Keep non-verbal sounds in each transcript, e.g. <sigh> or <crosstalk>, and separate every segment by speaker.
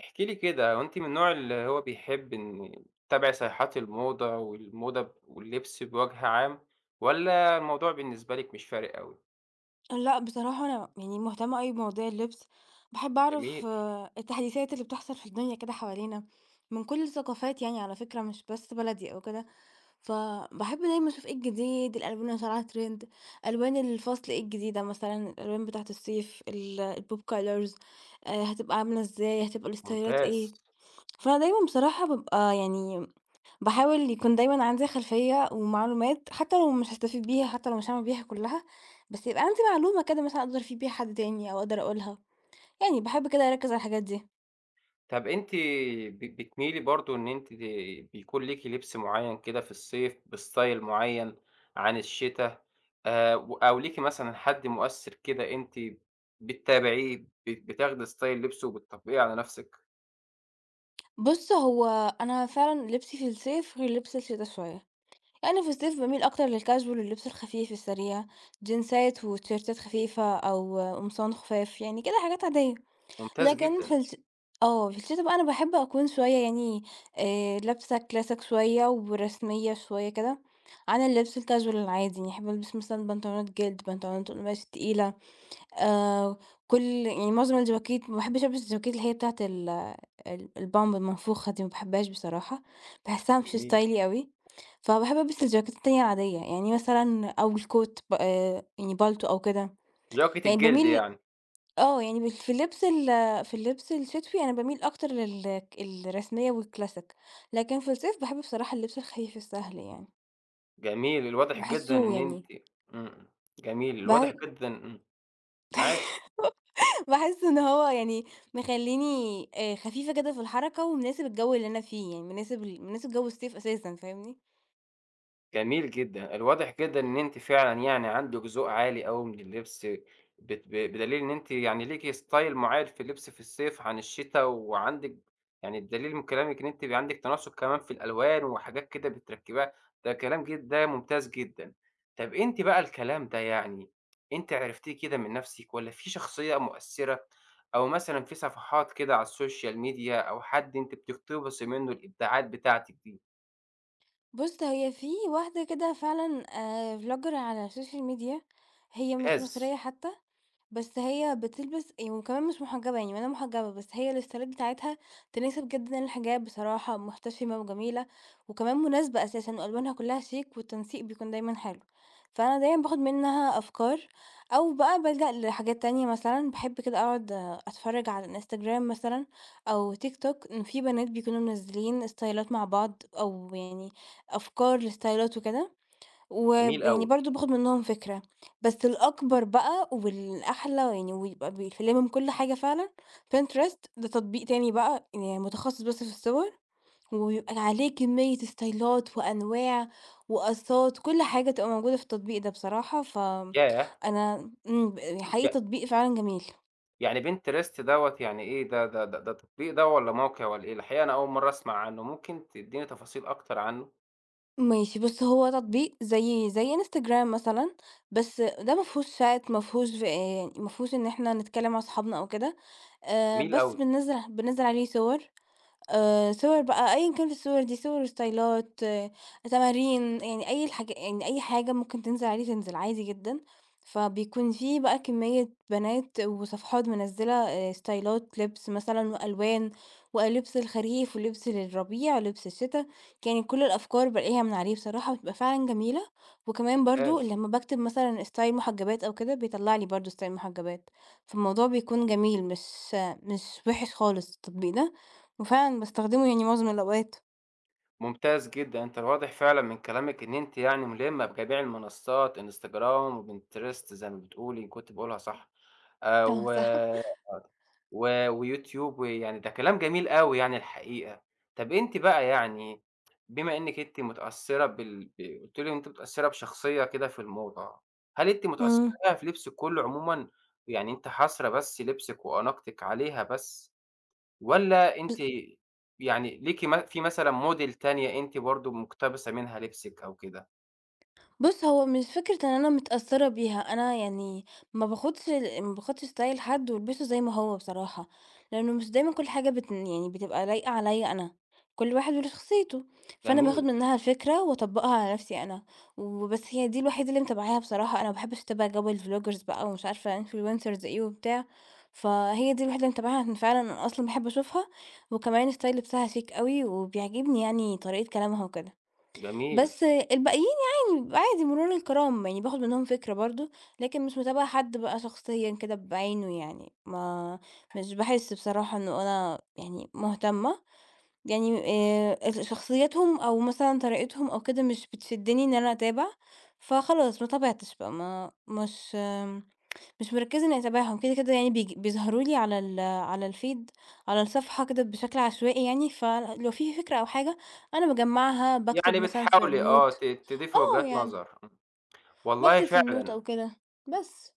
Speaker 1: احكِ لي كده، هو أنتِ من النوع اللي هو بيحب إن تتابعي صيحات الموضة والموضة واللبس بوجه عام، والّا الموضوع بالنسبة لِك مش فارق أوي؟
Speaker 2: لأ، بصراحة أنا يعني مهتمة أوي بمواضيع اللبس، باحب أعرف
Speaker 1: جميل،
Speaker 2: التحديثات اللي بتحصل في الدنيا كده حوالينا، من كل الثقافات يعني على فكرة مش بس بلدي أو كده، فباحب دايمًا أشوف إيه الجديد، الألوان اللي طالعة ترند، ألوان الفصل إيه الجديدة مثلًا، الألوان بتاعة الصيف، ال الpop colors هتبقى عاملة إزاي، هتبقى الستايلات
Speaker 1: ممتاز.
Speaker 2: إيه، فأنا دايمًا بصراحة بابقى يعني باحاول يكون دايمًا عندي خلفية ومعلومات، حتى لو مش هاستفيد بيها، حتى لو مش هاعمل بيها كلها، بس يبقى عندي معلومة كده مثلًا أقدر أفيد بيها حد تاني أو أقدر أقولها، يعني باحب كده أركّز على الحاجات دي.
Speaker 1: طَب أنتِ بتميلي برضه إن أنتِ بيكون ليكِ لبس معيّن كده في الصيف بستايل معيّن عن الشتا، أو ليكِ مثلًا حد مؤثِّر كده أنتِ بتتابعيه، بتاخدي ستايل لبسه وبتطبّقيه على نَفْسِك؟
Speaker 2: بُص، هو أنا فعلًا لبسي في الصيف غير لبس الشتا شوية، يعني في الصيف باميل أكتر للcasual اللبس الخفيف السريع، جينزات وتيشيرتات خفيفة أو قمصان خفاف، يعني كده حاجات عادية.
Speaker 1: ممتاز
Speaker 2: لكن
Speaker 1: جدًا،
Speaker 2: في الش آه، في الشتا بقى أنا باحب أكون شوية يعني لابسة كلاسيك شوية ورسمية شوية كده، عن اللبس الcasual العادي، يعني أحب ألبس مثلًا بنطلونات جلد، بنطلونات قماش تقيلة، آآ، كل يعني معظم الجواكت ما باحبش ألبس الجواكت اللي هي بتاعة ال البامب المنفوخة دي، ما باحبهاش بصراحة، باحسها مش styley
Speaker 1: جميل.
Speaker 2: أوي، فباحب ألبس الجواكت التانية العادية، يعني مثلًا أو الcoat ب يعني بالتو أو كده،
Speaker 1: جاكيت
Speaker 2: يعني
Speaker 1: الجلد
Speaker 2: باميل
Speaker 1: يعني.
Speaker 2: آه، يعني مش في اللبس ال في اللبس الشتوي أنا باميل أكتر لل الرسمية والclassic لكن في الصيف باحب بصراحة اللبس الخفيف السهل يعني،
Speaker 1: جميل، الواضح جدًا
Speaker 2: باحسّه
Speaker 1: إن أنتِ.
Speaker 2: يعني
Speaker 1: إمم، جميل، الواضح
Speaker 2: باح
Speaker 1: جدًا. معاكِ.
Speaker 2: باحس <laughs> إن هو يعني مخلّيني خفيفة كده في الحركة ومناسب الجو اللي أنا فيه، يعني مناسب جو الصيف أساسًا، فاهمني؟
Speaker 1: جميل جدًا، الواضح جدًا إن أنتِ فعلًا يعني عندِك ذوق عالي أوي من اللبس، بت ب بدليل إن أنتِ يعني ليكِ style معيّن في اللبس في الصيف عن الشتا، وعندِك يعني بدليل من كلامِك إن أنتِ بيبقى عندِك تناسق كمان في الألوان وحاجات كده بتركّبيها، ده كلام جد ده ممتاز جدًا. طَب أنتِ بقى الكلام ده يعني أنتِ عرفتيه كده من نَفْسِك والّا في شخصية مؤثّرة أو مثلًا في صفحات كده على السوشيال ميديا أو حد أنتِ بتقتبسي منّه الإبداعات بتاعتِك دي؟
Speaker 2: بُص، هي في واحدة كده فعلًا vlogger على السوشيال ميديا، هي مش
Speaker 1: ممتاز،
Speaker 2: مصرية حتى، بس هي بتلبس وكمان مش محجبة يعني ولا محجبة، بس هي الستايلات بتاعتها تناسب جدًا الحجاب بصراحة، محتشمة وجميلة، وكمان مناسبة أساسًا وألوانها كلها شيك والتنسيق بيكون دايمًا حلو، فأنا دايمًا باخد منها أفكار، أو بقى بالجأ لحاجات تانية مثلًا، باحب كده أقعد أتفرج على الإنستجرام مثلًا أو تيك توك إن في بنات بيكونوا منزلين ستايلات مع بعض، أو يعني أفكار لستايلات وكده،
Speaker 1: جميل
Speaker 2: ويعني
Speaker 1: أوي،
Speaker 2: برضه باخد منّهم فكرة، بس الأكبر بقى والأحلى يعني ويبقى بيلِف لِمِم كل حاجة فعلًا Pinterest ده تطبيق تاني بقى يعني متخصص بس في الصور، وبيبقى عليه كمية ستايلات وأنواع وقصّات، كل حاجة تبقى موجودة في التطبيق ده بصراحة. ف
Speaker 1: ياه!
Speaker 2: أنا إمم، ب
Speaker 1: ي
Speaker 2: حقيقي تطبيق فعلًا جميل.
Speaker 1: يعني Pinterest دوّة يعني إيه ده تطبيق ده والّا موقع والّا إيه؟ الحقيقة أنا أول مرّة أسمع عنّه، ممكن تدّيني تفاصيل أكتر عنّه؟
Speaker 2: ماشي، بُص هو تطبيق زي إنستجرام مثلًا، بس ده ما فيهوش chat، ما فيهوش إن إحنا نتكلم مع صحابنا أو كده.
Speaker 1: جميل
Speaker 2: بس
Speaker 1: أوي،
Speaker 2: بننزّل عليه صور، صور بقى أيًا كانت الصور دي، صور وستايلات، آه، تمارين، يعني أي الحاجة يعني أي حاجة ممكن تنزل عليه تنزل عادي جدًا، فبيكون في بقى كمية بنات وصفحات منزّلة ستايلات لبس مثلًا وألوان، ولبس الخريف ولبس للربيع ولبس الشتا، يعني كل الأفكار بالاقيها من عليه بصراحة بتبقى فعلًا جميلة، وكمان برضه
Speaker 1: ممتاز،
Speaker 2: لمّا باكتب مثلًا ستايل محجبات أو كده بيطلّع لي برضه ستايل محجبات، فالموضوع بيكون جميل، مش مش وِحِش خالص التطبيق ده. وفعلًا باستخدمه يعني معظم الأوقات.
Speaker 1: ممتاز جدًا، أنت الواضح فعلًا من كلامِك إن أنتِ يعني ملمّة بجميع المنصّات Instagram وPinterest زي ما بتقولي، كنت باقولها صح،
Speaker 2: آه،
Speaker 1: و
Speaker 2: صح.
Speaker 1: و ويوتيوب ويعني ده كلام جميل أوي يعني الحقيقة. طَب أنتِ بقى يعني بما إنِّك أنتِ متأثّرة بال ب قُلتِ لي إن أنتِ متأثّرة بشخصية كده في الموضة، هل أنتِ متأثّرة
Speaker 2: إمم،
Speaker 1: بقى في لبسِك كُلّه عمومًا، يعني أنتِ حاصرة بس لبسِك وأناقتِك عليها بس والّا
Speaker 2: ب
Speaker 1: أنتِ يعني ليكِ في مثلًا model تانية أنتِ برضه مُقتبسة منها لبسِك أو كده؟
Speaker 2: بُص، هو مش فكرة إن أنا متأثّرة بيها، أنا يعني ما باخُدش style حد والبسه زي ما هو بصراحة، لإنه مش دايمًا كل حاجة بت يعني بتبقى لايقة عليّا أنا، كل واحد وله شخصيته، فأنا باخُد
Speaker 1: جميل،
Speaker 2: منها الفكرة وأطبّقها على نَفْسي أنا. وبس هي دي الوحيدة اللي متابعاها بصراحة، أنا ما باحبّش أتابع جو الvloggers بقى ومش عارفة influencers إيه وبتاع، فهي دي الوحيدة اللي متابعاها عشان فعلًا أنا أصلًا باحب أشوفها، وكمان الstyle بتاعها شيك أوي وبيعجبني يعني طريقة كلامها وكده.
Speaker 1: جميل.
Speaker 2: بس الباقيين يعني عادي مرور الكرام، يعني باخد منهم فكرة برضه، لكن مش متابعة حد بقى شخصيًا كده بعينه يعني، ما مش باحس بصراحة إنه أنا يعني مهتمة، يعني ال شخصياتهم أو مثلًا طريقتهم أو كده مش بتشدني إن أنا أتابع، فخلاص ما تابعتش بقى، ما مش آم، مش مركزة إني أتابعهم، كده كده يعني بيظهروا لي على ال على الfeed على الصفحة كده بشكل عشوائي يعني، فلو في فكرة أو حاجة أنا باجمّعها، باكتب
Speaker 1: يعني
Speaker 2: مثلًا في
Speaker 1: بتحاولي
Speaker 2: الnote.
Speaker 1: تضيفي
Speaker 2: آه،
Speaker 1: وجهات
Speaker 2: يعني
Speaker 1: نظر. إمم. والله
Speaker 2: باكتب في النوت
Speaker 1: فعلًا.
Speaker 2: أو كده، بس.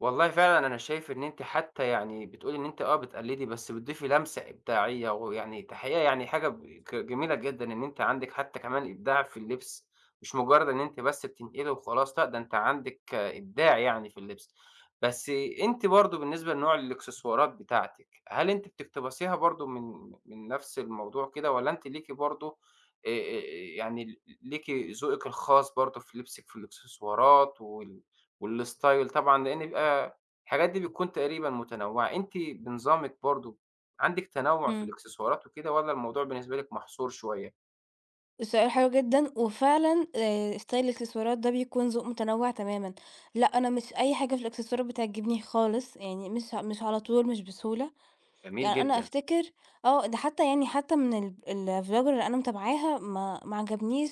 Speaker 1: والله فعلًا أنا شايف إن أنتِ حتى يعني بتقولي إن أنتِ بتقلدي، بس بتضيفي لمسة إبداعية، ويعني تحقيقة يعني حاجة ب ك جميلة جدًا إن أنتِ عندِك حتى كمان إبداع في اللبس، مش مجرد إن أنتِ بس بتنقلي وخلاص، لأ ده أنتِ عندِك إبداع يعني في اللبس. بس أنتِ برضه بالنسبة لنوع الإكسسوارات بتاعتِك، هل أنتِ بتقتبسيها برضه من نفس الموضوع كده، والّا أنتِ ليكِ برضه آآ، يعني ليكِ ذوقِك الخاص برضه في لبسِك في الإكسسوارات والstyle طبعًا، لإن بيبقى الحاجات دي بتكون تقريبًا متنوعة، أنتِ بنظامِك برضه عندِك تنوع في
Speaker 2: إمم.
Speaker 1: الإكسسوارات وكده والّا الموضوع بالنسبة لِك محصور شوية؟
Speaker 2: السؤال حلو جدًا، وفعلًا style الإكسسوارات ده بيكون ذوق متنوع تمامًا، لأ أنا مش أي حاجة في الإكسسوارات بتعجبني خالص، يعني مش على طول، مش بسهولة.
Speaker 1: جميل
Speaker 2: يعني أنا
Speaker 1: جدًا،
Speaker 2: أفتكر آه، ده حتى يعني حتى من ال الvlogger اللي أنا متابعاها ما عجبنيش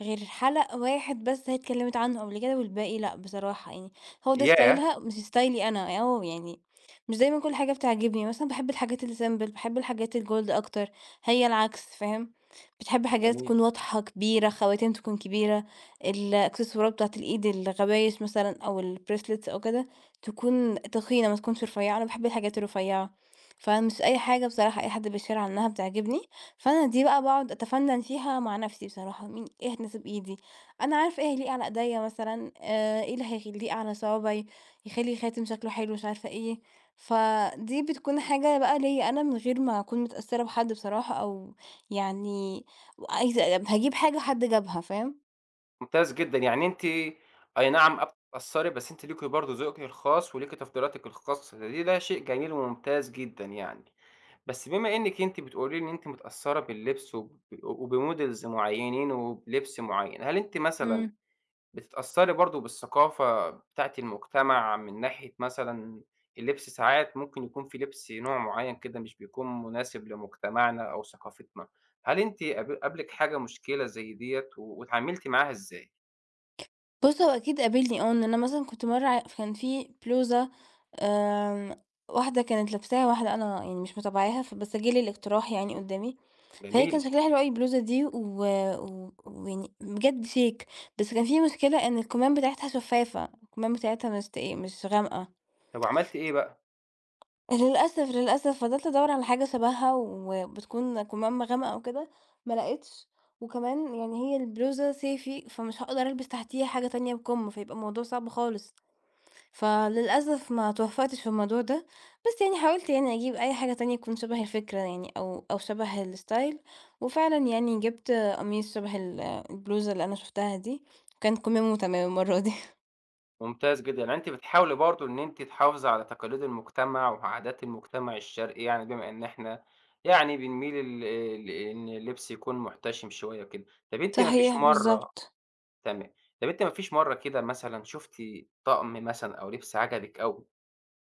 Speaker 2: غير حلقة واحد بس هي اتكلمت عنه قبل كده والباقي لأ، بصراحة يعني هو ده
Speaker 1: ياه!
Speaker 2: ستايلها مش ستايلي أنا، أو يعني مش دايمًا كل حاجة بتعجبني، مثلًا باحب الحاجات الsimple، باحب الحاجات الجولد أكتر، هي العكس، فاهم؟ بتحب حاجات
Speaker 1: جميل.
Speaker 2: تكون واضحة، كبيرة، خواتيم تكون كبيرة، الإكسسوارات بتاعة الإيد، الغوايش مثلًا أو الbracelets أو كده، تكون تخينة، ما تكونش رفيعة، أنا باحب الحاجات الرفيعة، فمش أي حاجة بصراحة أي حد بيشير عنها بتعجبني، فأنا دي بقى باقعد أتفنن فيها مع نفسي بصراحة، مين إيه هتناسب إيدي، أنا عارفة إيه هيليق على إيديا مثلًا، إيه اللي هيليق على صوابعي، يخلي الخاتم شكله حلو مش عارفة إيه، فدي بتكون حاجة بقى ليّا أنا من غير ما أكون متأثرة بحد بصراحة، أو يعني وعايزة أب هاجيب حاجة حد جابها، فاهم؟
Speaker 1: ممتاز جدًا، يعني أنتِ أي نعم بتتأثّري بس أنتِ ليكِ برضه ذوقِك الخاص وليكِ تفضيلاتِك الخاصة، ده شيء جميل وممتاز جدًا يعني. بس بما إنِّك أنتِ بتقولي لي إن أنتِ متأثّرة باللبس وبmodels معيّنين وبلبس معيّن، هل أنتِ مثلًا
Speaker 2: إمم.
Speaker 1: بتتأثّري برضه بالثقافة بتاعة المجتمع من ناحية مثلًا اللبس ساعات ممكن يكون في لبس نوع معيّن كده مش بيكون مناسب لمجتمعنا أو ثقافتنا، هل أنتِ قابلِك حاجة مشكلة زي ديّة واتعاملتِ معاها إزاي؟
Speaker 2: بُص هو أكيد قابلني آه، إن أنا مثلًا كنت مرّة كان في بلوزة، آمم، واحدة كانت لابساها، واحدة أنا يعني مش متابعاها، فبس جه لي الاقتراح يعني قدّامي، فهي
Speaker 1: جميل،
Speaker 2: كان شكلها حلو أوي البلوزة دي و و ويعني بجد شيك، بس كان في مشكلة إن الكُمام بتاعتها شفّافة، الكُمام بتاعتها مش غامقة.
Speaker 1: طَب وعملتِ إيه بقى؟
Speaker 2: للأسف، للأسف فضلت أدوّر على حاجة شبهها وبتكون كُمامة غامقة أو كده، ما لقيتش، وكمان يعني هي البلوزة صيفي، فمش هاقدر ألبس تحتيها حاجة تانية بكُم، فيبقى الموضوع صعب خالص، فللأسف ما توفّقتش في الموضوع ده، بس يعني حاولت يعني أجيب أي حاجة تانية تكون شبه الفكرة يعني، أو شبه الstyle، وفعلًا يعني جِبت قميص شبه ال البلوزة اللي أنا شُفتها دي، وكانت كُمامه تمام المرّة دي.
Speaker 1: ممتاز جدًا، يعني أنتِ بتحاولي برضه إن أنتِ تحافظي على تقاليد المجتمع وعادات المجتمع الشرقي يعني بما إن إحنا يعني بنميل لإن اللبس يكون محتشم شوية كده، طَب
Speaker 2: <laughs>
Speaker 1: أنتِ ما فيش
Speaker 2: صحيح،
Speaker 1: مرّة
Speaker 2: بالضبط.
Speaker 1: تمام. طب أنتِ ما فيش مرّة كده مثلًا شُفتِ طقم مثلًا أو لبس عجبِك أوي،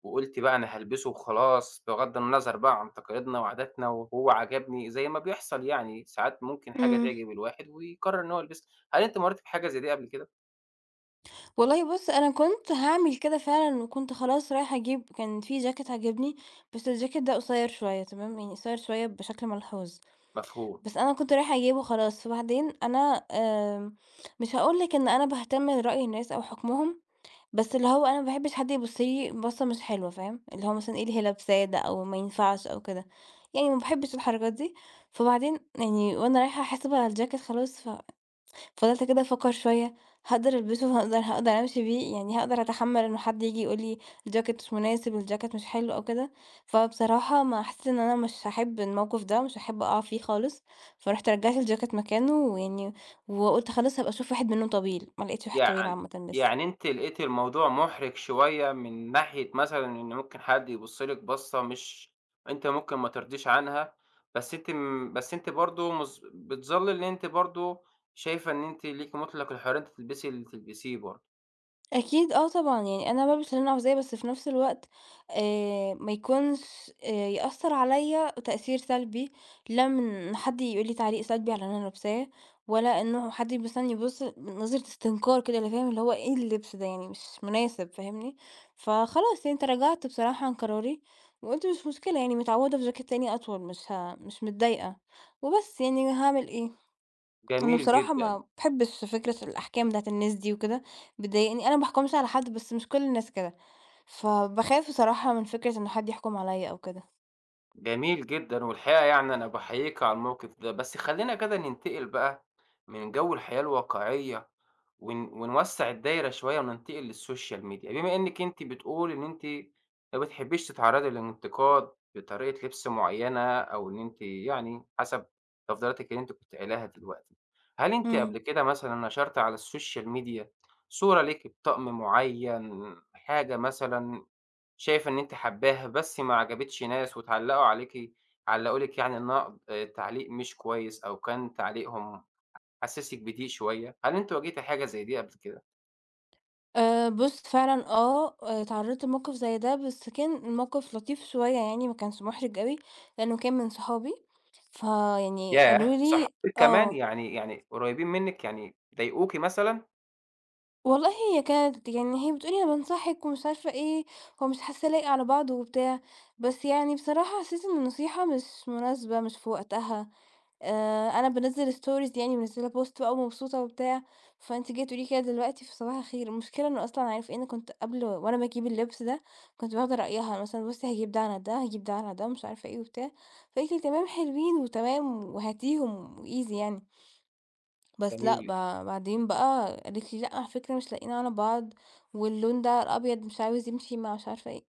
Speaker 1: وقُلتِ بقى أنا هالبسه وخلاص بغض النظر بقى عن تقاليدنا وعاداتنا وهو عجبني، زي ما بيحصل يعني ساعات ممكن حاجة
Speaker 2: إمم.
Speaker 1: تعجب الواحد ويقرر إن هو يلبسها، هل أنتِ مرّيتِ بحاجة زي دي قبل كده؟
Speaker 2: والله بُص، أنا كنت هاعمل كده فعلًا وكنت خلاص رايحة أجيب، كان في جاكيت عاجبني، بس الجاكيت ده قصيّر شوية تمام، يعني قصيّر شوية بشكل ملحوظ،
Speaker 1: مفهوم.
Speaker 2: بس أنا كنت رايحة أجيبه خلاص، فبعدين أنا آمم، مش هاقول لِك إن أنا باهتم لرأي الناس أو حكمهم، بس اللي هو أنا ما باحبش حد يبُص لي بصّة مش حلوة فاهم، اللي هو مثلًا إيه اللي هي لابساه ده أو ما ينفعش أو كده، يعني ما باحبش الحركات دي، فبعدين يعني وأنا رايحة أحاسب على الجاكيت خلاص، ف فضلت كده أفكّر شوية، هاقدر ألبسه، هاقدر <laughs> أمشي بيه، يعني هاقدر أتحمّل إنه حد ييجي يقول لي الجاكيت مش مناسب، الجاكيت مش حلو أو كده، فبصراحة ما حسيت إن أنا مش هاحب الموقف ده، مش هاحب أقع فيه خالص، فرُحت رجّعت الجاكيت مكانه، ويعني وقُلت خلاص هابقى أشوف واحد منّه طويل، ما لقيتش واحد طويل
Speaker 1: يعني
Speaker 2: عامةً لسه.
Speaker 1: يعني أنتِ لقيتِ الموضوع مُحرِج شوية من ناحية مثلًا إن ممكن حد يبُص لِك بَصّة مش أنتِ ممكن ما ترضيش عنها، بس أنتِ برضه بتظلّي إن أنتِ برضه شايفة إن أنتِ ليكِ مُطلق الحرية إن أنتِ تلبسي اللي تلبسيه برضه،
Speaker 2: أكيد آه طبعًا، يعني أنا بالبس اللي أنا عاوزاه، بس في نفس الوقت ما يكونش يأثّر عليَّ تأثير سلبي، لا من حد يقول لي تعليق سلبي على اللي أنا لابساه، ولا إنه حد يبُص نظرة استنكار كده اللي فاهم اللي هو إيه اللبس ده يعني مش مناسب، فاهمني؟ فخلاص يعني تراجعت بصراحة عن قراري، وقُلت مش مشكلة يعني متعوّدة في جاكيت تاني أطول، مش متضايقة، وبس يعني هاعمل إيه؟ أنا
Speaker 1: جميل
Speaker 2: بصراحة
Speaker 1: جدًا.
Speaker 2: ما باحبش فكرة الأحكام بتاعة الناس دي وكده، بتضايقني، أنا ما باحكمش على حد بس مش كل الناس كده، فباخاف بصراحة من فكرة إن حد يحكم عليَّ أو كده.
Speaker 1: جميل جدًا، والحقيقة يعني أنا باحييكِ على الموقف ده، بس خلّينا كده ننتقل بقى من جو الحياة الواقعية ونوسّع الدايرة شوية وننتقل للسوشيال ميديا، بما إنِّك أنتِ بتقولي إن أنتِ ما بتحبّيش تتعرّضي للانتقاد بطريقة لبس معيّنة أو إن أنتِ يعني حسب تفضيلاتِك اللي أنتِ كنتِ قايلاها دلوقتي، هل أنتِ
Speaker 2: إمم.
Speaker 1: قبل كده مثلًا نشرتِ على السوشيال ميديا صورة ليكِ بطقم معيّن، حاجة مثلًا شايفة إن أنتِ حاباها بس ما عجبتش ناس واتعلّقوا عليكِ علّقوا لِك يعني النقد تعليق مش كويس أو كان تعليقهم حسّسِك بضيق شوية، هل أنتِ واجهتِ حاجة زي دي قبل كده؟
Speaker 2: بُص فعلًا آه، اتعرّضت لموقف زي ده، بس كان الموقف لطيف شوية يعني ما كانش مُحرِج أوي، لإنه كان من صحابي، فيعني قالوا
Speaker 1: ياه!
Speaker 2: لي
Speaker 1: صحابِك كمان!
Speaker 2: آه.
Speaker 1: يعني قريبين منِّك يعني ضايقوكِ مثلًا؟
Speaker 2: والله هي كانت يعني هي بتقول لي: "أنا بانصحِك" ومش عارفة إيه، هو مش حاسة لايقة على بعض وبتاع، بس يعني بصراحة حسيت إن النصيحة مش مناسبة، مش في وقتها، أنا بانزّل stories يعني منزّلة post بقى ومبسوطة وبتاع، فأنتِ جاية تقولي كده دلوقتي، فصباح الخير. المشكلة إنه أصلًا عارف إيه، أنا كنت قبل وأنا باجيب اللبس ده، كنت واخدة رأيها مثلًا بُصّي هاجيب ده على ده، هاجيب ده على ده، ومش عارفة إيه وبتاع، فقالت لي: "تمام حلوين وتمام وهاتيهم وeasy يعني." بس لأ،
Speaker 1: جميل.
Speaker 2: بعدين بقى قالت لي: "لأ، على فكرة مش لايقين على بعض، واللون ده الأبيض مش عاوز يمشي مع مش عارفة إيه."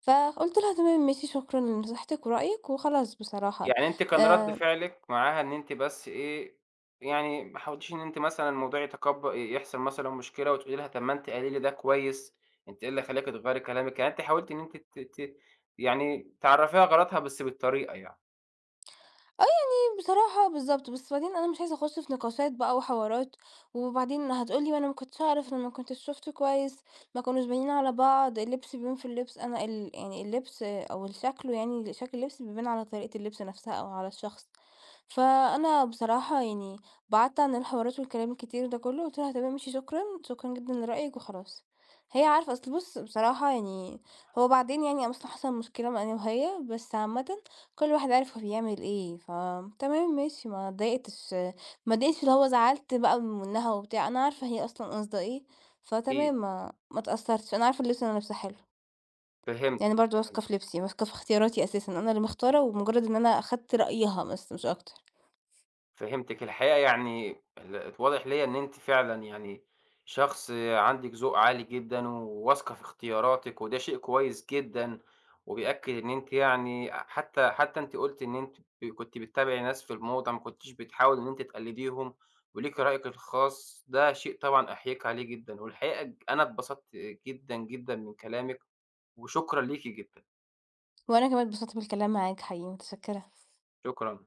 Speaker 2: فقُلت لها: "تمام ماشي، شكرًا لنصيحتِك ورأيِك." وخلاص بصراحة.
Speaker 1: يعني أنتِ كان رَد
Speaker 2: آآ
Speaker 1: فعلِك معاها إن أنتِ بس إيه، يعني ما حاولتيش إن أنتِ مثلًا الموضوع يحصل مثلًا مشكلة وتقولي لها طب ما أنتِ قايلة لي ده كويس، أنتِ إيه اللي خلاكِ تغيّري كلامِك؟ يعني أنتِ حاولتِ إن أنتِ ت ت يعني تعرّفيها غلطها بس بالطريقة يعني.
Speaker 2: يعني بصراحة بالضبط، بس بعدين أنا مش عايزة أخُش في نقاشات بقى وحوارات، وبعدين هتقول لي: "ما أنا ما كنتش أعرف، أنا ما كنتش شُفته كويس، ما كانوش باينين على بعض، اللبس بيبان في اللبس." أنا ال يعني اللبس أو ال شكله، يعني شكل اللبس بيبان على طريقة اللبس نفسها أو على الشخص، فأنا بصراحة يعني بعدت عن الحوارات والكلام الكتير ده كُلّه، قُلت لها: "تمام ماشي، شكرًا، شكرًا جدًا لرأيِك." وخلاص. هي عارفة أصل بُص بصراحة يعني هو بعدين يعني أصل حصل مشكلة ما أنا وهي، بس عامةً كل واحد عارف هو بيعمل إيه، فتمام ماشي، ما اتضايقتش ما اتضايقتش اللي هو زعلت بقى منها وبتاع، أنا عارفة هي أصلًا قاصدة إيه، فتمام
Speaker 1: أكيد،
Speaker 2: ما اتأثرتش، أنا عارفة اللبس اللي أنا لابساه حلو، يعني
Speaker 1: فهمتِك،
Speaker 2: برضه واثقة في
Speaker 1: فهمتِك.
Speaker 2: لبسي، واثقة في اختياراتي أساسًا، أنا اللي مختارة ومجرد إن أنا أخدت رأيها بس مش أكتر،
Speaker 1: فهمتِك، الحقيقة يعني ال اتواضح ليّا إن أنتِ فعلًا يعني شخص عندِك ذوق عالي جدًا، وواثقة في اختياراتِك، وده شيء كويس جدًا، وبيأكد إن أنتِ يعني حتى أنتِ قلتِ إن أنتِ كنتِ بتتابعي ناس في الموضة، ما كنتيش بتحاولي إن أنتِ تقلديهم، وليكِ رأيِك الخاص، ده شيء طبعًا أحييكِ عليه جدًا، والحقيقة أنا اتبسطت جدًا، جدًا من كلامِك، وشكرًا ليكِ جدًا،
Speaker 2: وأنا كمان اتبسطت بالكلام معاك حقيقي، متشكرة.
Speaker 1: شكرًا.